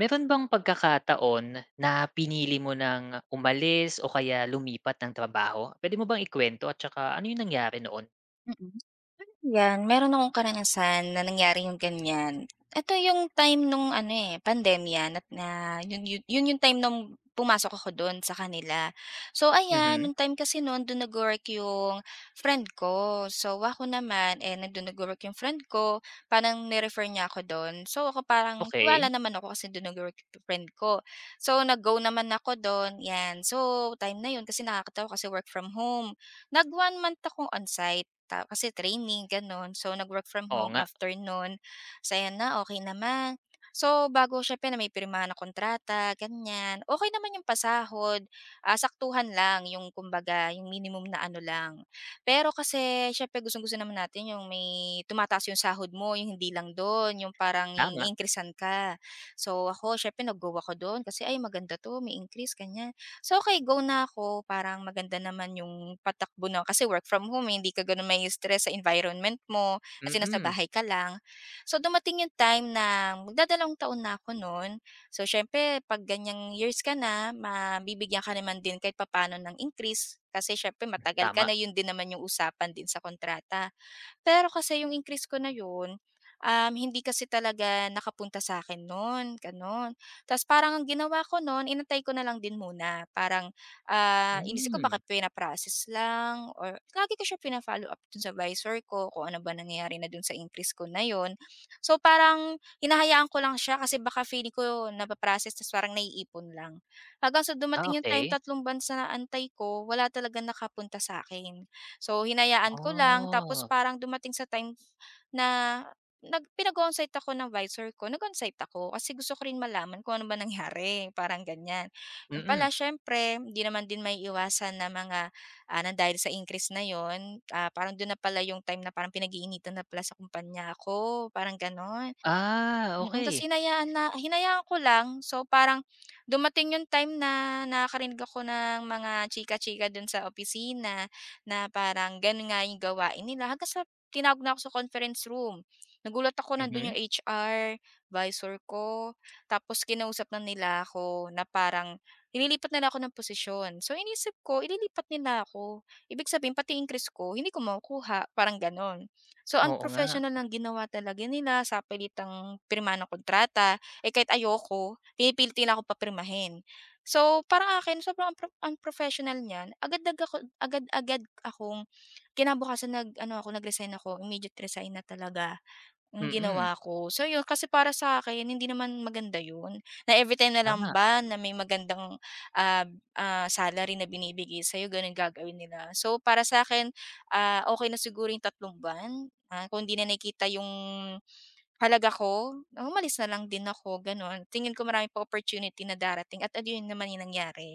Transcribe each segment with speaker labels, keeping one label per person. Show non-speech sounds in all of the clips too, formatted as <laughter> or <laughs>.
Speaker 1: Meron bang pagkakataon na pinili mo ng umalis o kaya lumipat ng trabaho? Pwede mo bang ikwento at tsaka ano yung nangyari noon?
Speaker 2: Mm, Yan, meron akong karanasan na nangyari yung ganyan. Eto yung time nung ano, eh, pandemya na yun yun yun yung time nung pumasok ako dun sa kanila. So ayan,
Speaker 1: Mhm,
Speaker 2: nung time kasi nun dun nagwo-work yung friend ko. So ako naman, eh, nandun nagwo-work yung friend ko, parang nirefer refer niya ako dun. So ako parang tiwala
Speaker 1: okey.
Speaker 2: naman ako kasi dun nagwo-work yung friend ko. So nag-go naman ako dun, yan. So time na yun kasi nakakatawa kasi work from home. Nag 1 month akong on-site. Ta kasi training gano'n. So, nag-work from
Speaker 1: Oo
Speaker 2: home
Speaker 1: nga,
Speaker 2: after no'n. So, na, okay naman. So, bago siyempre na may pirmahan na kontrata, ganyan, okay naman yung pasahod, saktuhan lang yung kumbaga yung minimum na ano lang. Pero kasi siyempre gustong-gusto naman natin yung may tumataas yung sahod mo, yung hindi lang dun, yung parang
Speaker 1: tama.
Speaker 2: yung increasehan ka. So, ako siyempre nag-go ako dun kasi, "Ay maganda 'to, may increase," ganyan. So, okey go na ako parang maganda naman yung patakbo na kasi work from home, eh, hindi ka gano'n may stress sa environment mo kasi nasa
Speaker 1: Mm,
Speaker 2: bahay ka lang. So, dumating yung time na magdadalawang taon na ako no'n. So, siyempre 'pag ganyang years ka na mabibigyan ka naman din kahit papaano ng increase kasi siyempre matagal ka
Speaker 1: tama.
Speaker 2: na, 'yun din naman yung usapan din sa kontrata. Pero kasi yung increase ko na yun, hindi kasi talaga nakapunta sa akin nun, gano'n. Ta's parang ang ginawa ko nun, inantay ko na lang din muna. Parang, inisip ko baka
Speaker 1: Hmm,
Speaker 2: pina-process lang or lagi ko siya pina-follow up dun sa visor ko kung ano ba nangyayari na dun sa increase ko na yon. So, parang hinahayaan ko lang siya kasi baka feeling ko napa-process ta's parang naiipon lang. Hanggang sa
Speaker 1: ah,
Speaker 2: dumating yung time,
Speaker 1: okey.
Speaker 2: tatlong bansa na antay ko, wala talaga nakapunta sa akin. So, hinayaan ko lang tapos
Speaker 1: Ah,
Speaker 2: parang dumating sa time na pinag-o-onsite ako ng visor ko, nag-onsite ako kasi gusto ko rin malaman kung ano ba nangyari, parang ganyan. Yun pala
Speaker 1: mm.
Speaker 2: siyempre hindi naman din maiiwasan na mga, na dahil sa increase na yon parang dun na pala yung time na parang pinag-iinitan na pala sa kumpanya ako, parang gano'n.
Speaker 1: Ah,
Speaker 2: Tas
Speaker 1: okey.
Speaker 2: hinayaan na hinayaan ko lang. So, parang dumating yung time na nakakarinig ako ng mga chika-chika dun sa opisina na parang ganun nga yung gawain nila hanggang sa tinawag na ako sa conference room. Nagulat ako nandun yung
Speaker 1: Mhm,
Speaker 2: HR, visor ko, tapos kinausap na nila ako na parang nililipat nila ako ng posisyon. So, inisip ko ililipat nila ako. Ibig sabihin pati increase ko hindi ko makukuha, parang ganon. So,
Speaker 1: oo nga.
Speaker 2: unprofessional ng ginawa talaga nila sa pilitang pirma ng kontrata, eh, kahit ayoko, pinipilitan ako papirmahin. So, para akin sobrang unprofessional niyan. Agad-agad akong kinabukasan nag-ano ako, nag-resign ako, immediate resign na talaga. Ang
Speaker 1: Mm,
Speaker 2: ginawa ko. So yun, kasi para sa akin hindi naman maganda yun, na everytime na lang
Speaker 1: tama.
Speaker 2: ba na may magandang, ah, salary na binibigay sa'yo ganun gagawin nila. So para sa akin okay na siguro yung tatlong buwan, kung hindi na nakikita yung halaga ko, umalis na lang din ako gano'n. Tingin ko marami pa opportunity na darating at yun naman yung nangyari.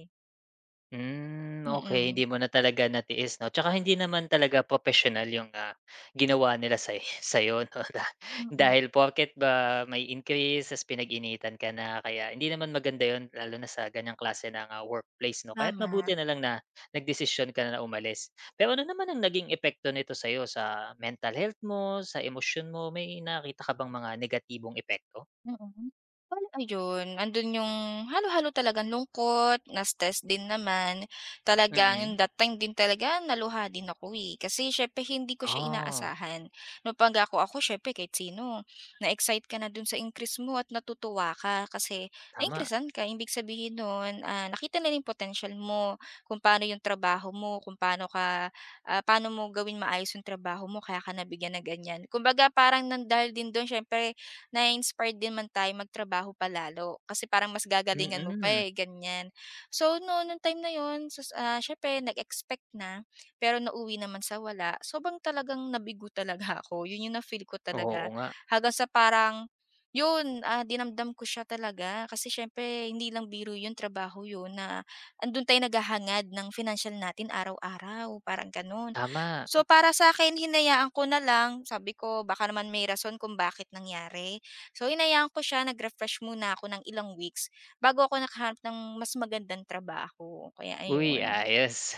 Speaker 1: Hmm, okay, hindi
Speaker 2: Mm,
Speaker 1: mo na talaga natiis 'no, tsaka hindi naman talaga professional yung, ginawa nila sa <laughs> sa'yo 'no, <laughs>
Speaker 2: mm,
Speaker 1: dahil porket ba may increase ta's pinag-initan ka na kaya hindi naman maganda yon, lalo na sa ganyang klase ng, workplace 'no, kaya't
Speaker 2: tama.
Speaker 1: mabuti na lang na nagdesisyon ka na na umalis. Pero ano naman ang naging epekto nito sa'yo sa mental health mo, sa emosyon mo, may nakita ka bang mga negatibong epekto?
Speaker 2: Mm. Bale ayun, andun yung halo-halo talagang lungkot, na stress din naman. Talagang yung
Speaker 1: Mm.
Speaker 2: that time din talaga naluha din ako, eh, kasi siyempre hindi ko siya
Speaker 1: Ah,
Speaker 2: inaasahan. No, pag ako siyempre kahit sino, na-excite ka na dun sa increase mo at natutuwa ka kasi
Speaker 1: tama.
Speaker 2: na-increasan ka. Ibig sabihin nun, nakita nila yung potensyal mo, kung paano yung trabaho mo, kung paano ka ah, paano mo gawin maayos yung trabaho mo kaya ka nabigyan ng ganyan. Kumbaga parang dahil din dun siyempre na-inspired din man tayo magtrabaho palalo kasi parang mas gagalingan mo pa,
Speaker 1: Mm.
Speaker 2: eh, ganyan. So, noon nung time na yun sus siyempre nag-expect na, pero nauwi naman sa wala, sobrang talagang nabigo talaga <laughs> ako. Yun yung na-feel ko
Speaker 1: Oo, oo
Speaker 2: talaga
Speaker 1: nga,
Speaker 2: hanggang sa parang yun, dinamdam ko siya talaga kasi siyempre hindi lang biro yun, trabaho yun na andun tayo naghahangad ng financial natin araw-araw, parang gano'n.
Speaker 1: tama.
Speaker 2: So, para sa'kin hinayaan ko na lang, sabi ko baka naman may rason kung bakit nangyari. So, hinayaan ko siya nag-refresh muna ako ng ilang weeks bago ako nakahanap ng mas magandang trabaho kaya
Speaker 1: Uy,
Speaker 2: ayun.
Speaker 1: ayos.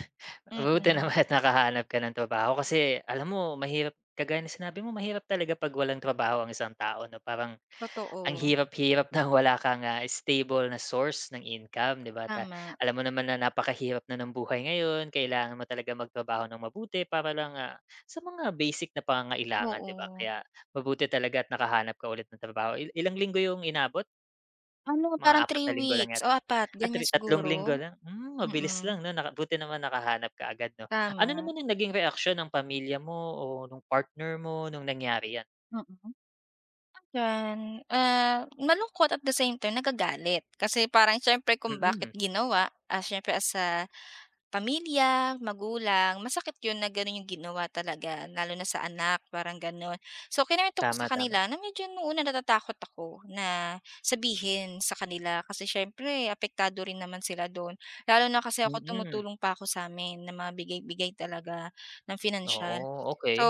Speaker 1: Buti
Speaker 2: Mm,
Speaker 1: naman at nakahanap ka ng trabaho kasi alam mo mahirap kagaya ng sinabi mo mahirap talaga 'pag walang trabaho ang isang tao 'no, parang ang
Speaker 2: totoo,
Speaker 1: hirap-hirap na wala kang, stable na source ng income, 'di ba? Ta
Speaker 2: tama,
Speaker 1: alam mo naman na napakahirap na ng buhay ngayon, kailangan mo talaga magtrabaho ng mabuti para lang, sa mga basic na pangangailangan, 'di ba?
Speaker 2: oo.
Speaker 1: Kaya mabuti talaga at nakahanap ka ulit ng trabaho. Ilang linggo yung inabot?
Speaker 2: Ano
Speaker 1: Mga
Speaker 2: parang
Speaker 1: apat
Speaker 2: three
Speaker 1: na linggo lang
Speaker 2: weeks o
Speaker 1: yata?
Speaker 2: apat
Speaker 1: Ah,
Speaker 2: ganyan
Speaker 1: tatlong
Speaker 2: siguro?
Speaker 1: linggo lang, hmm, mabilis
Speaker 2: Mm,
Speaker 1: lang 'no, buti naman nakahanap ka agad 'no. Ano
Speaker 2: tama,
Speaker 1: naman ang naging reaksyon ng pamilya mo o nung partner mo nung nangyari 'yan?
Speaker 2: mm. Yan, malungkot at the same time nagagalit. Kasi parang siyempre kung bakit
Speaker 1: Mm,
Speaker 2: ginawa, siyempre as a pamilya, magulang, masakit 'yun na gano'n 'yung ginawa talaga lalo na sa anak, parang gano'n. So kinuwento ko sa
Speaker 1: tama, tama.
Speaker 2: kanila na medyo nung una natatakot ako na sabihin sa kanila kasi siyempre apektado rin naman sila do'n. Lalo na kasi ako
Speaker 1: Mm,
Speaker 2: tumutulong pa ako sa sa'min na mga bigay-bigay talaga ng financial.
Speaker 1: oo, okey.
Speaker 2: So,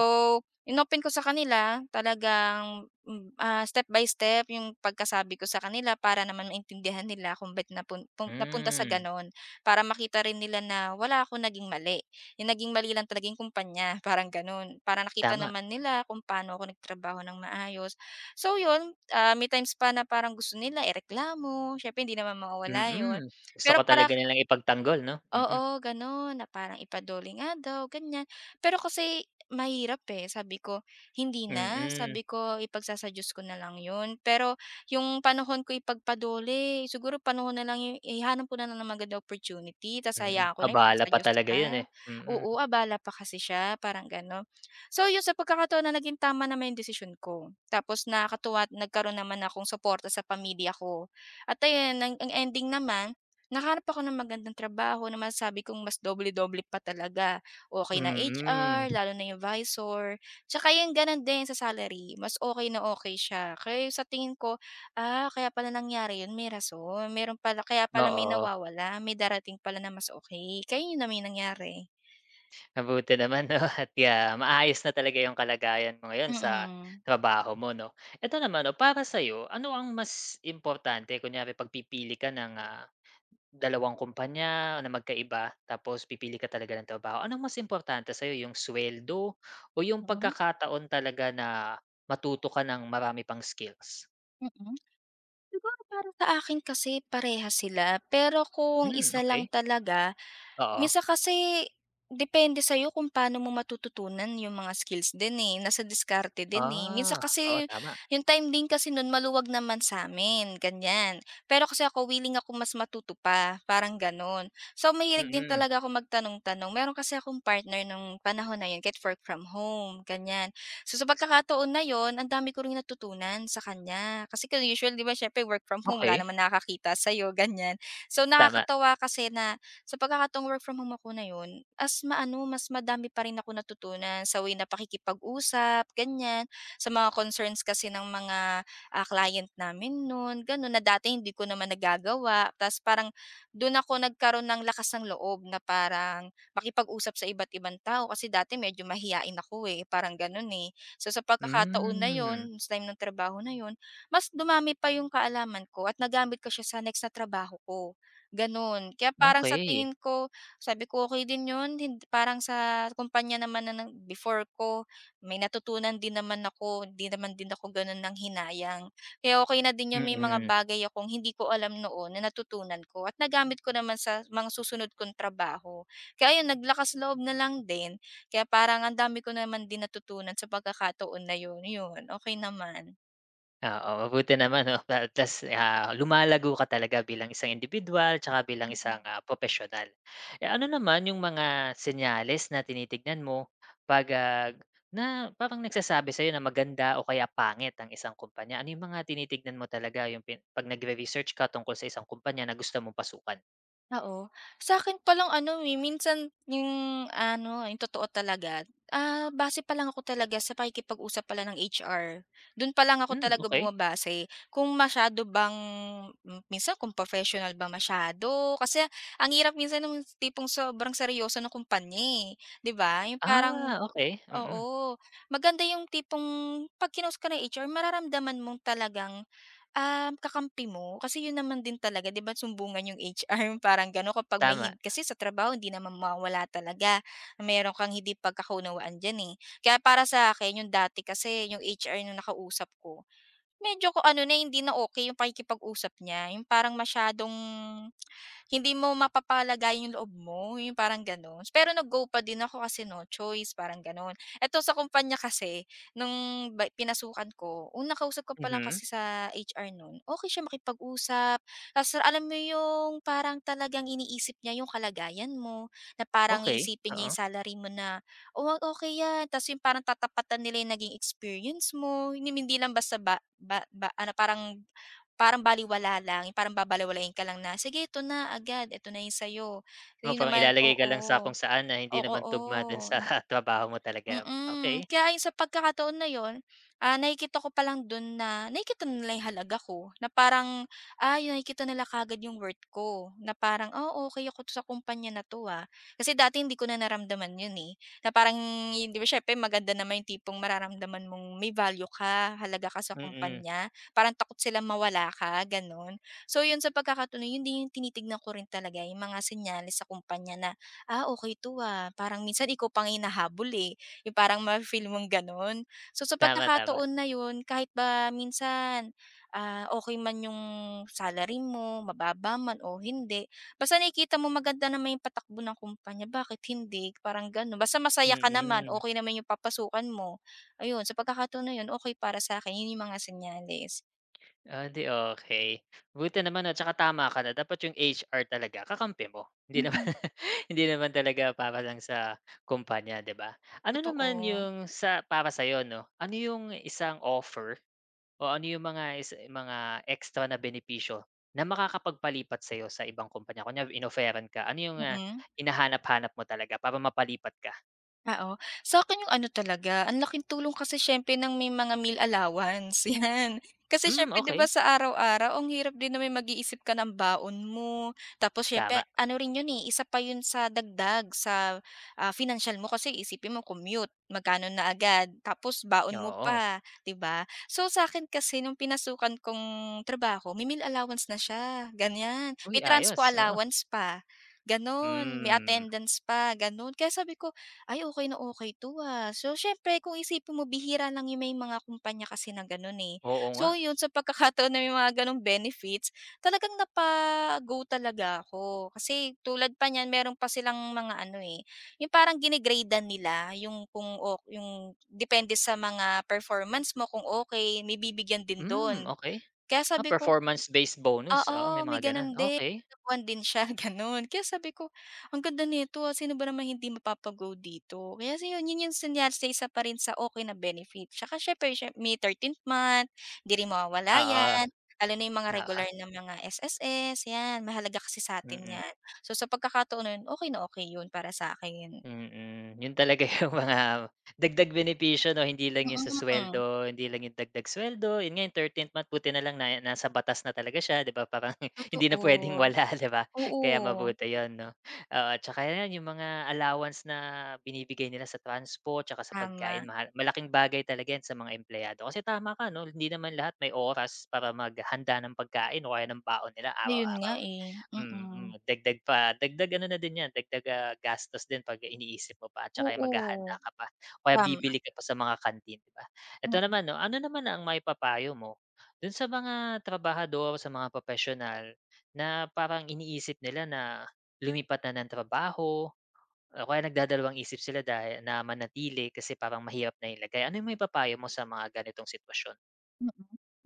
Speaker 2: Inopen ko sa kanila talagang, step by step yung pagkasabi ko sa kanila para naman maintindihan nila kung ba't napunta sa
Speaker 1: Hmm,
Speaker 2: gano'n. Para makita rin nila na wala ako naging mali, yung naging mali lang talaga yung kumpanya, <laughs> parang gano'n. Para nakita
Speaker 1: tama,
Speaker 2: naman nila kung paano ako nagtrabaho ng maayos. So yun, may times pa na parang gusto nila ireklamo, siyempre hindi naman mawawala yun.
Speaker 1: mm. Gusto
Speaker 2: Pero
Speaker 1: ka
Speaker 2: para
Speaker 1: talaga nilang ipagtanggol 'no? Mm,
Speaker 2: Oo, gano'n, na parang ipa-DOLE nga daw, ganyan. Pero kasi mahirap, eh, sabi ko, "Hindi na,"
Speaker 1: mm,
Speaker 2: sabi ko, "ipagsasa Diyos ko na lang 'yun." Pero yung panahon ko ipagpadole dole siguro panahon na lang yung ihanap ko na lang ng magandang opportunity ta's
Speaker 1: mm.
Speaker 2: hayaan ko na
Speaker 1: Abala
Speaker 2: ipagsa
Speaker 1: pa
Speaker 2: Diyos
Speaker 1: talaga 'yun,
Speaker 2: ka.
Speaker 1: eh, mm,
Speaker 2: Oo, abala pa kasi siya, parang gano'n. So, 'yun sa pagkakataon na naging tama naman yung desisyon ko. Tapos nakakatuwa at nagkaroon naman akong suporta sa pamilya ko. At ayan, ang ending naman. Nakahanap ako ng magandang trabaho na masasabi kong mas doble-doble pa talaga. Okay na
Speaker 1: mm,
Speaker 2: HR, lalo na yung visor, tsaka yung gano'n din sa salary, mas okay na okay siya. Kaya sa tingin ko, kaya pala nangyari 'yun, may rason. Meron pala kaya pala may
Speaker 1: oo.
Speaker 2: nawawala, may darating pala na mas okay kaya 'yun naman yung nangyari.
Speaker 1: Mabuti naman 'no <laughs> at ya maayos na talaga yung kalagayan mo ngayon sa
Speaker 2: Mm.
Speaker 1: trabaho mo 'no. Eto naman 'no, para sa'yo ano ang mas importante kunyari 'pag pipili ka ng, dalawang kumpanya na magkaiba tapos pipili ka talaga ng trabaho, anong mas importante sa'yo yung sweldo o yung
Speaker 2: Mhm,
Speaker 1: pagkakataon talaga na matuto ka ng marami pang skills?
Speaker 2: mm. Siguro para sa akin kasi parehas sila, pero kung
Speaker 1: Hmm,
Speaker 2: isa lang
Speaker 1: okay.
Speaker 2: talaga.
Speaker 1: Oo.
Speaker 2: Minsan kasi depende sa'yo kung paano mo matututunan yung mga skills din, eh, nasa diskarte din, eh. Minsan
Speaker 1: Ah, oo,
Speaker 2: kasi
Speaker 1: tama.
Speaker 2: yung time din kasi nun maluwag naman sa sa'min, ganyan. Pero kasi ako willing ako mas matuto pa, parang gano'n. So, mahilig din
Speaker 1: Mm,
Speaker 2: talaga ako magtanong-tanong. Meron kasi akong partner nung panahon na yun kahit work from home, ganyan. So, sa pagkakataon na yun, ang dami ko ring natutunan sa kanya. Kasi usual, 'di ba, siyempre work from home, wala
Speaker 1: okay.
Speaker 2: naman nakakakita sa'yo, ganyan. So,
Speaker 1: Tama.
Speaker 2: nakakatuwa kasi na sa pagkakataong work from home ako na yun, as maano, mas madami pa rin ako natutunan sa way na pakikipag-usap, ganyan. Sa mga concerns kasi ng mga, client namin nun, ganun, na dati hindi ko naman nagagawa. Ta's parang dun ako nagkaroon ng lakas ng loob na parang makipag-usap sa iba't ibang tao kasi dati medyo mahiyain ako, eh, parang ganun, eh. So, sa pagkakataon na
Speaker 1: Hmm, okey.
Speaker 2: yun, sa time ng trabaho na yun, mas dumami pa yung kaalaman ko at nagamit ko siya sa next na trabaho ko. Gano'n. Kaya
Speaker 1: Mm.
Speaker 2: parang sa
Speaker 1: Okay.
Speaker 2: tingin ko, sabi ko, "Okey din 'yun." Parang sa kumpanya naman na nag before ko, may natutunan din naman ako, hindi naman din ako gano'n nanghinayang. Kaya okay na din 'yung may mga
Speaker 1: Mm-mm.
Speaker 2: bagay akong hindi ko alam noon na natutunan ko at nagamit ko naman sa mga susunod kong trabaho. Kaya yun naglakas loob na lang din. Kaya parang ang dami ko naman din natutunan sa pagkakataon na 'yun, 'yun, okay naman.
Speaker 1: Oo, mabuti naman 'no, <laughs> tas, lumalago ka talaga bilang isang individual, tsaka bilang isang, propesyonal. Eh, ano naman yung mga senyales na tinitignan mo 'pag, na parang nagsasabi sa'yo na maganda o kaya pangit ang isang kumpanya? Ano yung mga tinitignan mo talaga yung 'pag nagre-research ka tungkol sa isang kumpanya na gusto mong pasukan?
Speaker 2: Oo. Sa'kin palang ano, eh, minsan yung ano, yung totoo talaga, base pa lang ako talaga sa pakikipag-usap pala ng HR. Dun pa lang ako
Speaker 1: Hmm,
Speaker 2: talaga
Speaker 1: okay.
Speaker 2: bumabase kung masyado bang minsan kung professional ba masyado. Kasi ang hirap minsan nung tipong sobrang seryoso ng kumpanya, eh, 'di ba? Yung parang
Speaker 1: Ah, okey, mm,
Speaker 2: oo, maganda yung tipong 'pag kinausap ka ng HR mararamdaman mong talagang kakampi mo kasi yun naman din talaga 'di ba sumbungan yung HR <laughs> parang gano'n kapag may
Speaker 1: tama.
Speaker 2: hint kasi sa trabaho hindi naman mawala talaga, meron kang hindi pagkakaunawaan diyan, eh. Kaya para sa'kin yung dati kasi yung HR nung nakausap ko, medyo ko ano na eh, hindi na okay yung pakikipag-usap niya, yung parang masyadong hindi mo mapapalagay yung loob mo, yung parang gano'n. Pero nag-go pa din ako kasi no choice, parang gano'n. Eto sa kumpanya kasi nung ba pinasukan ko, unang kausap ko pa lang
Speaker 1: Mhm,
Speaker 2: kasi sa HR noon. Okay siya makipag-usap. Ta's alam mo yung parang talagang iniisip niya yung kalagayan mo, na parang
Speaker 1: okay.
Speaker 2: iisipin niya
Speaker 1: Oo.
Speaker 2: yung salary mo na, "Oh, okey 'yan." Ta's yung parang tatapatan nila yung naging experience mo, yung hindi lang basta ba ba ba ano, parang parang balewala lang, parang babalewalain ka lang na, "Sige ito na agad, ito na 'yung sa'yo." So,
Speaker 1: Oo,
Speaker 2: yun
Speaker 1: parang
Speaker 2: naman
Speaker 1: ilalagay ka
Speaker 2: oo.
Speaker 1: lang sa kung saan na hindi
Speaker 2: Oo,
Speaker 1: naman tugma dun
Speaker 2: oo.
Speaker 1: sa <laughs> trabaho mo talaga, okay.
Speaker 2: Mm, kaya ayun sa pagkakataon na yun, nakikita ko pa lang dun na nakikita nila yung halaga ko na parang, yun nakikita nila kagad yung worth ko na parang, "Oh, okay ako to sa kumpanya na 'to, ah." Kasi dati hindi ko na naramdaman yun, eh, na parang hindi ba siyempre maganda naman yung tipong mararamdaman mong may value ka, halaga ka sa
Speaker 1: Mm,
Speaker 2: kumpanya, parang takot sila mawala ka, gano'n. So, yun sa pagkakataon na yun din yung tinitignan ko rin talaga yung mga senyales sa kumpanya na, "Ah, okey 'to, ah." Parang minsan ikaw pa hinahabol, eh, yung parang mafi-feel mong gano'n. So, sa
Speaker 1: tama, tama.
Speaker 2: pagkakataon na yun kahit ba minsan, okey man yung salary mo, mababa man o hindi, basta nakikita mo maganda naman yung patakbo ng kumpanya, bakit hindi? Parang gano'n. Basta masaya ka naman,
Speaker 1: Mm.
Speaker 2: okey naman yung papasukan mo, ayun. Sa pagkakataon na yun, okey para sa akin yun yung mga senyales.
Speaker 1: Ah, 'di okey. Buti naman at saka tama ka na dapat yung HR talaga kakampi mo. Hindi <laughs> naman
Speaker 2: Mm.
Speaker 1: hindi naman talaga para lang sa kumpanya, 'di ba? Ano naman
Speaker 2: Totoo,
Speaker 1: yung sa para sa'yo 'no, ano yung isang offer o ano yung mga mga extra na benepisyo na makakapagpalipat sa'yo sa ibang kumpanya? Kunyari in-offeran ka, ano yung,
Speaker 2: mm.
Speaker 1: hinahanap-hanap mo talaga para mapalipat ka?
Speaker 2: Oo. Sa akin yung ano talaga, ang laking tulong kasi siyempre ng may mga meal allowance, <laughs> 'yan. Kasi
Speaker 1: Hmm,
Speaker 2: siyempre 'di ba
Speaker 1: okey,
Speaker 2: sa araw-araw ang hirap din na may mag-iisip ka ng baon mo. Tapos siyempre
Speaker 1: tama.
Speaker 2: ano rin yun, eh, isa pa yun sa dagdag sa, financial mo kasi isipin mo commute, magkano na agad, tapos baon mo
Speaker 1: Oo.
Speaker 2: pa, 'di ba? So sa akin kasi nung pinasukan kong trabaho may meal allowance na siya, ganyan.
Speaker 1: Uy,
Speaker 2: May transpo
Speaker 1: ayos, oo.
Speaker 2: allowance pa, gano'n. May
Speaker 1: Hmm.
Speaker 2: attendance pa, gano'n. Kaya sabi ko "Ay okay na okay 'to, ah." So siyempre kung isipin mo bihira lang yung may mga kumpanya kasi na gano'n, eh.
Speaker 1: Oo nga.
Speaker 2: So yun, sa pagkakataon na may mga gano'ng benefits, talagang napa-go talaga ako. Kasi tulad pa niyan meron pa silang mga ano, eh, yung parang nila yung kung o yung depende sa mga performance mo kung okay, may bibigyan din
Speaker 1: Hmm,
Speaker 2: do'n.
Speaker 1: okey.
Speaker 2: Kaya
Speaker 1: Ah,
Speaker 2: sabi ko
Speaker 1: performance-based bonus, oo,
Speaker 2: oo,
Speaker 1: may
Speaker 2: may
Speaker 1: mga gano'n,
Speaker 2: gano'n din,
Speaker 1: okey.
Speaker 2: nadapuan din siya <laughs> gano'n. Kaya sabi ko, "Ang ganda nito, ah, sino ba naman hindi mapapa dito?" Kaya si yun, yun yung senyales na isa pa rin sa okay na benefit. Tsaka siyempre may 13th month, hindi rin mawawala
Speaker 1: Oo,
Speaker 2: yan, lalo na yung mga
Speaker 1: oo,
Speaker 2: regular na mga SSS, yan. Mahalaga kasi sa'tin
Speaker 1: mm.
Speaker 2: yan. So, sa pagkakataon na yun, okay na okay yun para sa'kin.
Speaker 1: Mm, yun talaga <laughs> yung mga dagdag benepisyo 'no, hindi lang yung sa
Speaker 2: Mm,
Speaker 1: suweldo, hindi lang yung dagdag suweldo, yun nga yung 13th month buti na lang na nasa batas na talaga siya 'di ba, parang <laughs> hindi na puwedeng
Speaker 2: totoo.
Speaker 1: wala 'di ba, kaya
Speaker 2: Oo,
Speaker 1: mabuti yun 'no. Oo, tsaka yan yung mga allowance na binibigay nila sa transport tsaka sa pagkain
Speaker 2: tama.
Speaker 1: mahal malaking bagay talaga yan sa mga empleyado. Kasi tama ka 'no, hindi naman lahat may oras para maghanda ng pagkain o kaya ng baon nila
Speaker 2: Ayun nga,
Speaker 1: araw-araw.
Speaker 2: eh,
Speaker 1: Mm,
Speaker 2: mm.
Speaker 1: mm, dagdag pa dagdag ano na din 'yan, dagdag, gastos din 'pag iniisip mo pa at saka yung
Speaker 2: Oo.
Speaker 1: maghahanda ka pa o kaya
Speaker 2: Tama,
Speaker 1: bibili ka pa sa mga kantin, 'di ba?
Speaker 2: mm,
Speaker 1: Ito
Speaker 2: mm.
Speaker 1: naman 'no, ano naman ang maipapayo mo dun sa mga trabahador, sa mga propesyonal na parang iniisip nila na lumipat na ng trabaho o kaya nagdadalawang isip sila dahil na manatili kasi parang mahirap na yung lagay. Ano yung maipapayo mo sa mga ganitong sitwasyon?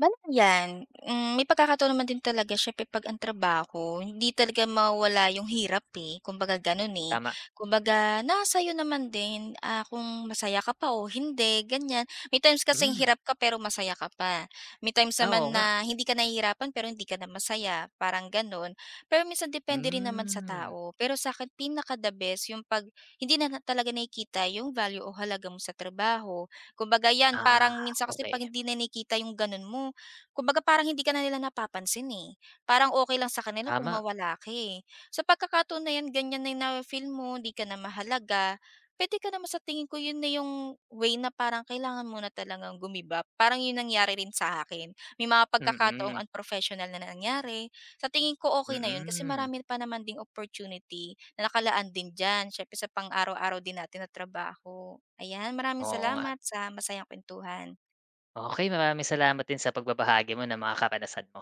Speaker 2: Bale yan, hmm, may pagkakataon naman din talaga siyempre 'pag ang trabaho hindi talaga mawala yung hirap, eh, kumbaga gano'n, eh.
Speaker 1: Tama.
Speaker 2: Kumbaga nasa sa'yo naman din, kung masaya ka pa o hindi, ganyan. May times kasing
Speaker 1: Hmm,
Speaker 2: hirap ka pero masaya ka pa. May times
Speaker 1: ah, oo
Speaker 2: naman
Speaker 1: nga.
Speaker 2: na hindi ka nahihirapan pero hindi ka na masaya, parang gano'n. Pero minsan depende rin naman sa
Speaker 1: Hmm,
Speaker 2: tao. Pero sa'kin pinaka the best yung 'pag hindi na na- talaga nakikita yung value o halaga mo sa trabaho. Kumbaga 'yan,
Speaker 1: ah,
Speaker 2: parang minsan kasi
Speaker 1: okay,
Speaker 2: 'pag hindi na nakikita yung gano'n mo kumbaga parang hindi ka na nila napapansin, eh. Parang okay lang sa kanila kung
Speaker 1: tama.
Speaker 2: mawala ka, eh. Sa pagkakataon na 'yan ganyan na 'yung nafi-feel mo, hindi ka na mahalaga, puwede ka naman sa tingin ko 'yun na 'yung way na parang kailangan mo na talagang give. Parang 'yun nangyari rin sa akin. May mga pagkakataong
Speaker 1: Mm,
Speaker 2: unprofessional na nangyari. Sa tingin ko okay na 'yun kasi
Speaker 1: mm.
Speaker 2: marami pa naman ding opportunity na nakalaan din diyan, siyempre sa pang-araw-araw din natin na trabaho. Ayan, maraming
Speaker 1: Oo nga.
Speaker 2: salamat sa masayang kuwentuhan.
Speaker 1: Okay, maraming salamat din sa pagbabahagi mo ng mga karanasan mo.